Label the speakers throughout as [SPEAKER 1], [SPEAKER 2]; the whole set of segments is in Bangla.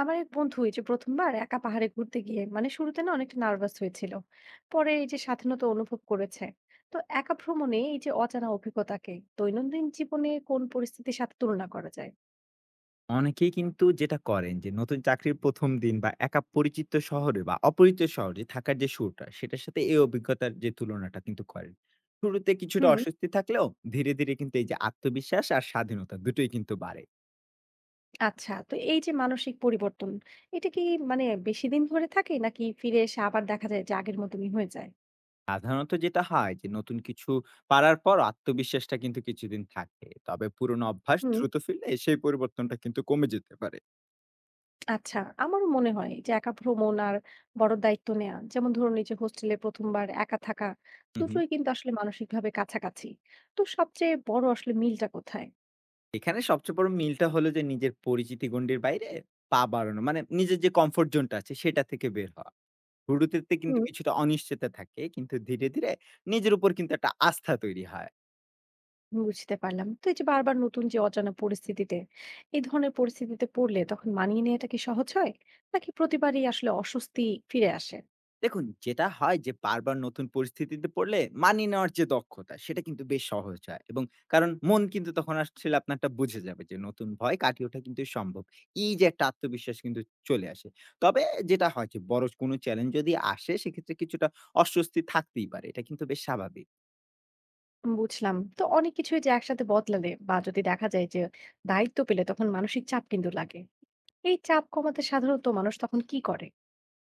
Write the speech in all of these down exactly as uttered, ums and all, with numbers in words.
[SPEAKER 1] আমার এক বন্ধু এই যে প্রথমবার একা পাহাড়ে ঘুরতে গিয়ে মানে শুরুতে না অনেকটা নার্ভাস হয়েছিল, পরে এই যে স্বাধীনতা অনুভব করেছে। তো একা ভ্রমণে এই যে অজানা অভিজ্ঞতাকে দৈনন্দিন জীবনে কোন পরিস্থিতির সাথে তুলনা করা যায়?
[SPEAKER 2] অনেকেই কিন্তু যেটা করেন যে নতুন চাকরির প্রথম দিন বা একা পরিচিত শহরে বা অপরিচিত শহরে থাকার যে শুরুটা, সেটার সাথে এই অভিজ্ঞতার যে তুলনাটা কিন্তু করেন। শুরুতে কিছুটা
[SPEAKER 1] হুম।
[SPEAKER 2] অস্বস্তি থাকলেও ধীরে, ধীরে কিন্তু এই যে আত্মবিশ্বাস আর স্বাধীনতা দুটোই কিন্তু বাড়ে।
[SPEAKER 1] আচ্ছা, তো এই যে মানসিক পরিবর্তন, এটা কি মানে বেশি দিন ধরে থাকে, নাকি ফিরে এসে আবার দেখা যায় যে আগের মতনই হয়ে যায়?
[SPEAKER 2] সাধারণত যেটা হয় যে নতুন কিছু পারার পর আত্মবিশ্বাসটা কিন্তু কিছুদিন থাকে। তবে পুরনো অভ্যাস
[SPEAKER 1] হুম।
[SPEAKER 2] দ্রুত ফিরলে সেই পরিবর্তনটা কিন্তু কমে যেতে পারে।
[SPEAKER 1] আচ্ছা, আমারও মনে হয় যে একা ভ্রমণ আর বড় দায়িত্ব নেয়া, যেমন ধরুন এই যে হোস্টেলে প্রথম বার একা থাকা,
[SPEAKER 2] হুম, হুম।
[SPEAKER 1] দুটোই কিন্তু আসলে মানসিকভাবে কাছাকাছি। তো সবচেয়ে বড় আসলে মিলটা কোথায়?
[SPEAKER 2] এখানে সবচেয়ে বড় মিলটা হলো যে নিজের পরিচিতি গণ্ডির বাইরে পা বাড়ানো। মানে নিজের যে কমফোর্ট জোনটা আছে সেটা থেকে বের হওয়া। শুরুতে কিন্তু
[SPEAKER 1] হুম।
[SPEAKER 2] কিছুটা অনিশ্চয়তা থাকে। কিন্তু ধীরে, ধীরে নিজের উপর কিন্তু একটা আস্থা তৈরি হয়।
[SPEAKER 1] বুঝতে পারলাম। তো এই যে বারবার নতুন যে অজানা পরিস্থিতিতে, এই ধরনের পরিস্থিতিতে পড়লে তখন মানিয়ে নেয়াটা কি সহজ হয়, নাকি প্রতিবারই আসলে অস্বস্তি ফিরে আসে?
[SPEAKER 2] দেখুন, যেটা হয় যে বারবার নতুন পরিস্থিতিতে পড়লে মানিয়ে নেওয়ার যে দক্ষতা সেটা কিন্তু বেশ সহজ হয়, এবং কারণ মন কিন্তু তখন আসলে আপনারটা বুঝে যাবে যে নতুন ভয় কাটিয়ে ওঠা কিন্তু সম্ভব। এই যে একটা আত্মবিশ্বাস কিন্তু চলে আসে। তবে যেটা হয় যে বড় কোনো চ্যালেঞ্জ যদি আসে সেক্ষেত্রে কিছুটা অস্বস্তি থাকতেই পারে। এটা কিন্তু বেশ স্বাভাবিক।
[SPEAKER 1] বুঝলাম। তো অনেক কিছুই যে একসাথে বদলালে বা যদি দেখা যায় যে দায়িত্ব পেলে তখন মানসিক চাপ কিন্তু লাগে। এই চাপ কমাতে সাধারণত মানুষ তখন কি করে?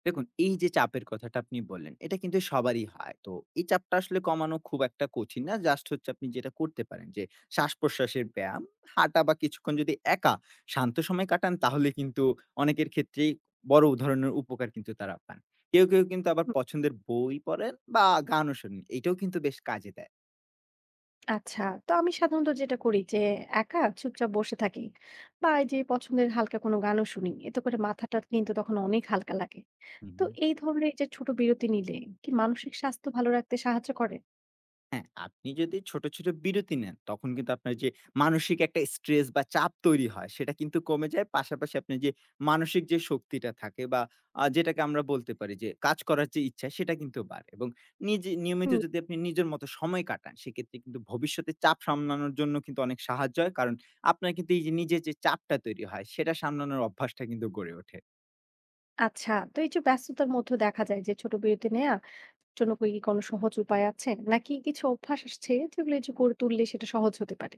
[SPEAKER 2] দেখুন, এই যে চাপের কথাটা আপনি বললেন, এটা কিন্তু সবারই হয়। তো এই চাপটা আসলে কমানো খুব একটা কঠিন না। জাস্ট হচ্ছে, আপনি যেটা করতে পারেন যে শ্বাস-প্রশ্বাসের ব্যায়াম, হাঁটা বা কিছুক্ষণ যদি একা শান্ত সময় কাটান তাহলে কিন্তু অনেকের ক্ষেত্রেই বড় ধরনের উপকার কিন্তু তারা পান। কেউ, কেউ কিন্তু আবার পছন্দের বই পড়েন বা গানও শোনেন। এটাও কিন্তু বেশ কাজে দেয়।
[SPEAKER 1] আচ্ছা, তো আমি সাধারণত যেটা করি যে একা চুপচাপ বসে থাকি বা এই যে পছন্দের হালকা কোনো গানও শুনি। এতে করে মাথাটা কিন্তু তখন অনেক হালকা লাগে।
[SPEAKER 2] হুম,
[SPEAKER 1] তো
[SPEAKER 2] হুম।
[SPEAKER 1] এই ধরনের এই যে ছোট বিরতি নিলে কি মানসিক স্বাস্থ্য ভালো রাখতে সাহায্য করে?
[SPEAKER 2] হ্যাঁ, আপনি যদি ছোট, ছোট বিরতি নেন, তখন কিন্তু আপনার যে মানসিক একটা স্ট্রেস বা চাপ তৈরি হয়, সেটা কিন্তু কমে যায়। পাশাপাশি আপনার যে মানসিক যে শক্তিটা থাকে বা আ যেটাকে আমরা বলতে পারি যে কাজ করার যে ইচ্ছা, সেটা কিন্তু বাড়ে, এবং নিজে নিয়মিত
[SPEAKER 1] হুম।
[SPEAKER 2] যদি আপনি নিজের মতো সময় কাটান, সেক্ষেত্রে কিন্তু ভবিষ্যতে চাপ সামলানোর জন্য কিন্তু অনেক সাহায্য হয়। কারণ আপনার কিন্তু এই যে নিজের যে চাপটা তৈরি হয়, সেটা সামলানোর অভ্যাসটা কিন্তু গড়ে ওঠে।
[SPEAKER 1] আচ্ছা, তো এই যে ব্যস্ততার মধ্যে দেখা যায় যে ছোট বিরতি নেয়া জন্য কি কোনো সহজ উপায় আছে? নাকি কিছু অভ্যাস আছে যেগুলো এই যে গড়ে তুললে সেটা সহজ হতে পারে?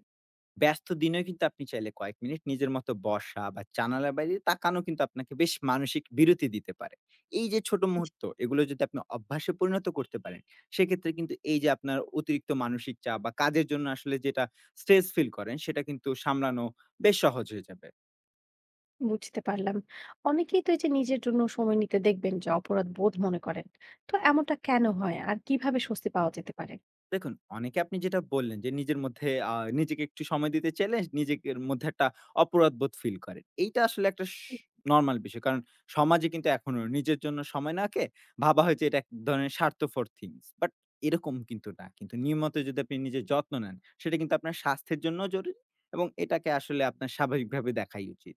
[SPEAKER 2] ব্যস্ত দিনেও কিন্তু আপনি চাইলে কয়েক মিনিট নিজের মতো বসা বা জানালার বাইরে তাকানো কিন্তু আপনাকে বেশ মানসিক বিরতি দিতে পারে। এই যে ছোট মুহূর্ত, এগুলো যদি আপনি অভ্যাসে পরিণত করতে পারেন, সেক্ষেত্রে কিন্তু এই যে আপনার অতিরিক্ত মানসিক চাপ বা কাজের জন্য আসলে যেটা স্ট্রেস ফিল করেন সেটা কিন্তু সামলানো বেশ সহজ হয়ে যাবে।
[SPEAKER 1] বুঝতে পারলাম। অনেকেই তো এই যে নিজের জন্য সময় নিতে দেখবেন যে অপরাধ বোধ মনে করেন। তো এমনটা কেন হয়? আর কিভাবে স্বস্তি পাওয়া যেতে পারে?
[SPEAKER 2] দেখুন, অনেকে, আপনি যেটা বললেন যে, নিজের মধ্যে আ নিজেকে একটু সময় দিতে চাইলে নিজের মধ্যে একটা অপরাধবোধ ফিল করেন। এইটা আসলে একটা স নরমাল বিষয়। কারণ সমাজে কিন্তু এখনো নিজের জন্য সময় নাকে ভাবা হয় যে এটা এক ধরনের স্বার্থফর থিংস। বাট এরকম কিন্তু না। কিন্তু নিয়মিত যদি আপনি নিজের যত্ন নেন, সেটা কিন্তু আপনার স্বাস্থ্যের জন্যও জরুরি, এবং এটাকে আসলে আপনার স্বাভাবিকভাবে দেখাই উচিত।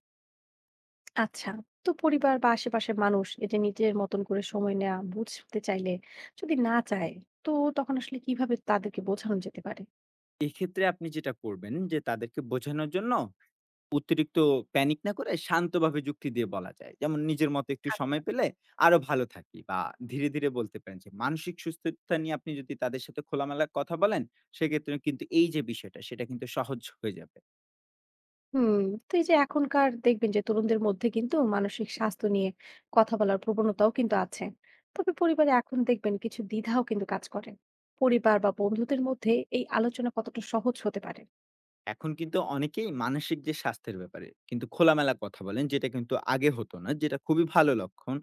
[SPEAKER 1] আচ্ছা, তো পরিবার বা আশেপাশের মানুষ এই যে নিজের মতন করে সময় নেওয়া বুঝতে চাইলে যদি না চায়, তো তখন আসলে কিভাবে তাদেরকে বোঝানো যেতে পারে?
[SPEAKER 2] এক্ষেত্রে আপনি যেটা করবেন যে, তাদেরকে বোঝানোর জন্য অতিরিক্ত প্যানিক না করে শান্তভাবে যুক্তি দিয়ে বলা যায়। যেমন, নিজের মতো একটু সময় পেলে আরো ভালো থাকি, বা ধীরে, ধীরে বলতে পারেন যে মানসিক সুস্থতা নিয়ে আপনি যদি তাদের সাথে খোলামেলা কথা বলেন, সেক্ষেত্রে কিন্তু এই যে বিষয়টা সেটা কিন্তু সহজ হয়ে যাবে।
[SPEAKER 1] হুম। তো এই যে এখনকার দেখবেন যে তরুণদের মধ্যে কিন্তু মানসিক স্বাস্থ্য নিয়ে কথা বলার প্রবণতাও কিন্তু আছে। তবে পরিবারে এখন দেখবেন কিছু দ্বিধাও কিন্তু কাজ করে। পরিবার বা বন্ধুদের মধ্যে এই আলোচনা কতটা সহজ হতে পারে?
[SPEAKER 2] এখন কিন্তু অনেকেই মানসিক যে স্বাস্থ্যের ব্যাপারে কিন্তু খোলামেলা কথা বলেন, যেটা কিন্তু আগে হতো না, যেটা খুবই ভালো লক্ষণ।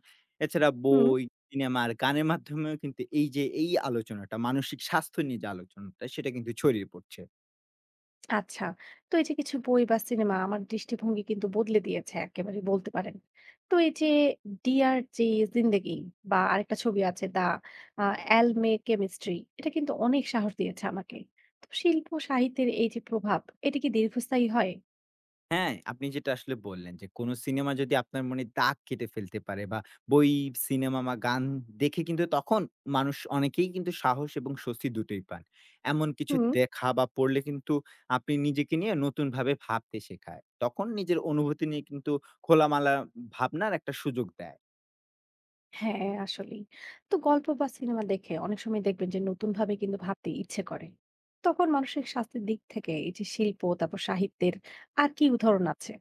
[SPEAKER 2] এছাড়া
[SPEAKER 1] হুম।
[SPEAKER 2] বই, সিনেমা আর গানের মাধ্যমেও কিন্তু এই যে এই আলোচনাটা, মানসিক স্বাস্থ্য নিয়ে যে আলোচনাটা, সেটা কিন্তু ছড়িয়ে পড়ছে।
[SPEAKER 1] আচ্ছা। তো এই যে কিছু বই বা সিনেমা আমার দৃষ্টিভঙ্গি কিন্তু বদলে দিয়েছে একেবারে বলতে পারেন। তো এই যে 'ডিয়ার যে জিন্দেগি' বা আরেকটা ছবি আছে 'দ্য আ অ্যালমে কেমিস্ট্রি', এটা কিন্তু অনেক সাহস দিয়েছে আমাকে। তো শিল্প সাহিত্যের এই যে প্রভাব, এটা কি দীর্ঘস্থায়ী হয়?
[SPEAKER 2] হ্যাঁ, আপনি যেটা আসলে বললেন যে, কোন সিনেমা যদি আপনার মনে দাগ কেটে ফেলতে পারে, বা বই, সিনেমা বা গান দেখে কিন্তু তখন মানুষ, অনেকেই কিন্তু সাহস এবং স্বস্তি দুটোই পান। এমন কিছু
[SPEAKER 1] হুম।
[SPEAKER 2] দেখা বা পড়লে কিন্তু আপনি নিজেকে নিয়ে নতুনভাবে ভাবতে শেখায়। তখন নিজের অনুভূতি নিয়ে কিন্তু খোলামেলা ভাবনার একটা সুযোগ দেয়।
[SPEAKER 1] হ্যাঁ, আসলেই। তো গল্প বা সিনেমা দেখে অনেক সময় দেখবেন যে নতুনভাবে কিন্তু ভাবতে ইচ্ছে করে। তখন মানসিক স্বাস্থ্যের দিক থেকে এই যে শিল্প, তারপর সাহিত্যের আর কি উদাহরণ আছে?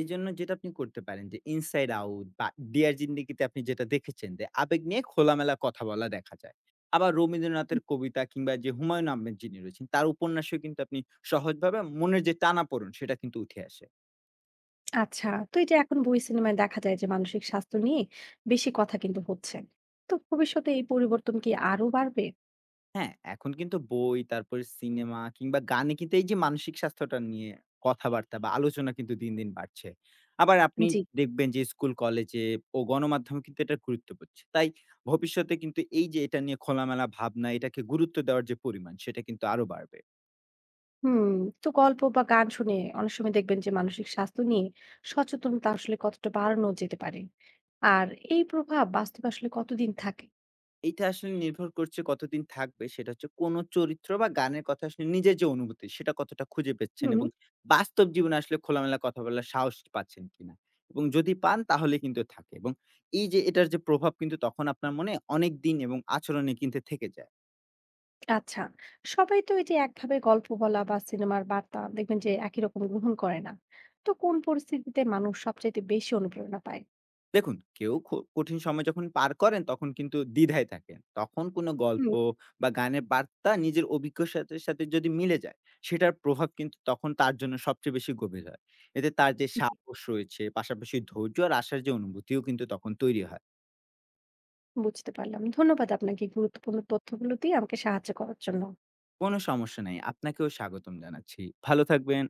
[SPEAKER 2] এজন্য যেটা আপনি করতে পারেন, যে ইনসাইড আউট বা ডিয়ার জিন্দেগিতে আপনি যেটা দেখেছেন যে আবেগ নিয়ে খোলামেলা কথা বলা দেখা যায়। আবার রবীন্দ্রনাথের কবিতা কিংবা যে হুমায়ুন আহমেদ যিনি রয়েছেন তার উপন্যাসেও কিন্তু আপনি সহজভাবে মনের যে টানাপোড়েন সেটা কিন্তু উঠে আসে।
[SPEAKER 1] আচ্ছা, তো এই যে এখন বই সিনেমায় দেখা যায় যে মানসিক স্বাস্থ্য নিয়ে বেশি কথা কিন্তু হচ্ছে। তো ভবিষ্যতে এই পরিবর্তন কি আরো বাড়বে?
[SPEAKER 2] হ্যাঁ, এখন কিন্তু বই, তারপরে সিনেমা কিংবা গানে কিন্তু এই যে মানসিক স্বাস্থ্যটা নিয়ে কথাবার্তা বা আলোচনা কিন্তু দিন, দিন বাড়ছে। আবার আপনি
[SPEAKER 1] জি।
[SPEAKER 2] দেখবেন যে স্কুল, কলেজে ও গণমাধ্যমে কিন্তু এটার গুরুত্ব পাচ্ছে। তাই ভবিষ্যতে কিন্তু এই যে এটা নিয়ে খোলামেলা ভাবনা, এটাকে গুরুত্ব দেওয়ার যে পরিমাণ, সেটা কিন্তু আরো বাড়বে।
[SPEAKER 1] হুম, তো গল্প বা গান শুনে অনেক সময় দেখবেন যে মানসিক স্বাস্থ্য নিয়ে সচেতনতা আসলে কতটা বাড়ানো যেতে পারে। আর এই প্রভাব বাস্তবে আসলে কতদিন থাকে?
[SPEAKER 2] এইটা আসলে নির্ভর করছে, কতদিন থাকবে সেটা হচ্ছে কোন চরিত্র বা গানের কথা আসলে নিজের যে অনুভূতি সেটা কতটা খুঁজে পেচ্ছেন,
[SPEAKER 1] হুম।
[SPEAKER 2] এবং বাস্তব জীবনে আসলে খোলামেলা কথা বলার সাহস পাচ্ছেন কিনা, এবং যদি পান তাহলে কিন্তু থাকে, এবং এই যে এটার যে প্রভাব কিন্তু তখন আপনার মনে অনেক দিন এবং আচরণে কিন্তু থেকে যায়।
[SPEAKER 1] আচ্ছা। সবাই তো এই যে একভাবে গল্প বলা বা সিনেমার বার্তা দেখবেন যে একই রকম গ্রহণ করে না। তো কোন পরিস্থিতিতে মানুষ সবচাইতে বেশি অনুপ্রেরণা পায়?
[SPEAKER 2] দেখুন, কেউ খ কঠিন সময় যখন পার করেন তখন কিন্তু দ্বিধায় থাকেন। তখন কোনো গল্প
[SPEAKER 1] হুম।
[SPEAKER 2] বা গানের বার্তা নিজের অভিজ্ঞতার সাথে সাথে যদি মিলে যায়, সেটার প্রভাব কিন্তু তখন তার জন্য সবচেয়ে বেশি গভীর হয়। এতে তার যে
[SPEAKER 1] জি।
[SPEAKER 2] সাহস রয়েছে, পাশাপাশি ধৈর্য আর আশার যে অনুভূতিও কিন্তু তখন তৈরি হয়।
[SPEAKER 1] বুঝতে পারলাম। ধন্যবাদ আপনাকে এই গুরুত্বপূর্ণ তথ্যগুলো দিয়ে আমাকে সাহায্য করার জন্য।
[SPEAKER 2] কোনো সমস্যা নাই। আপনাকেও স্বাগতম জানাচ্ছি। ভালো থাকবেন।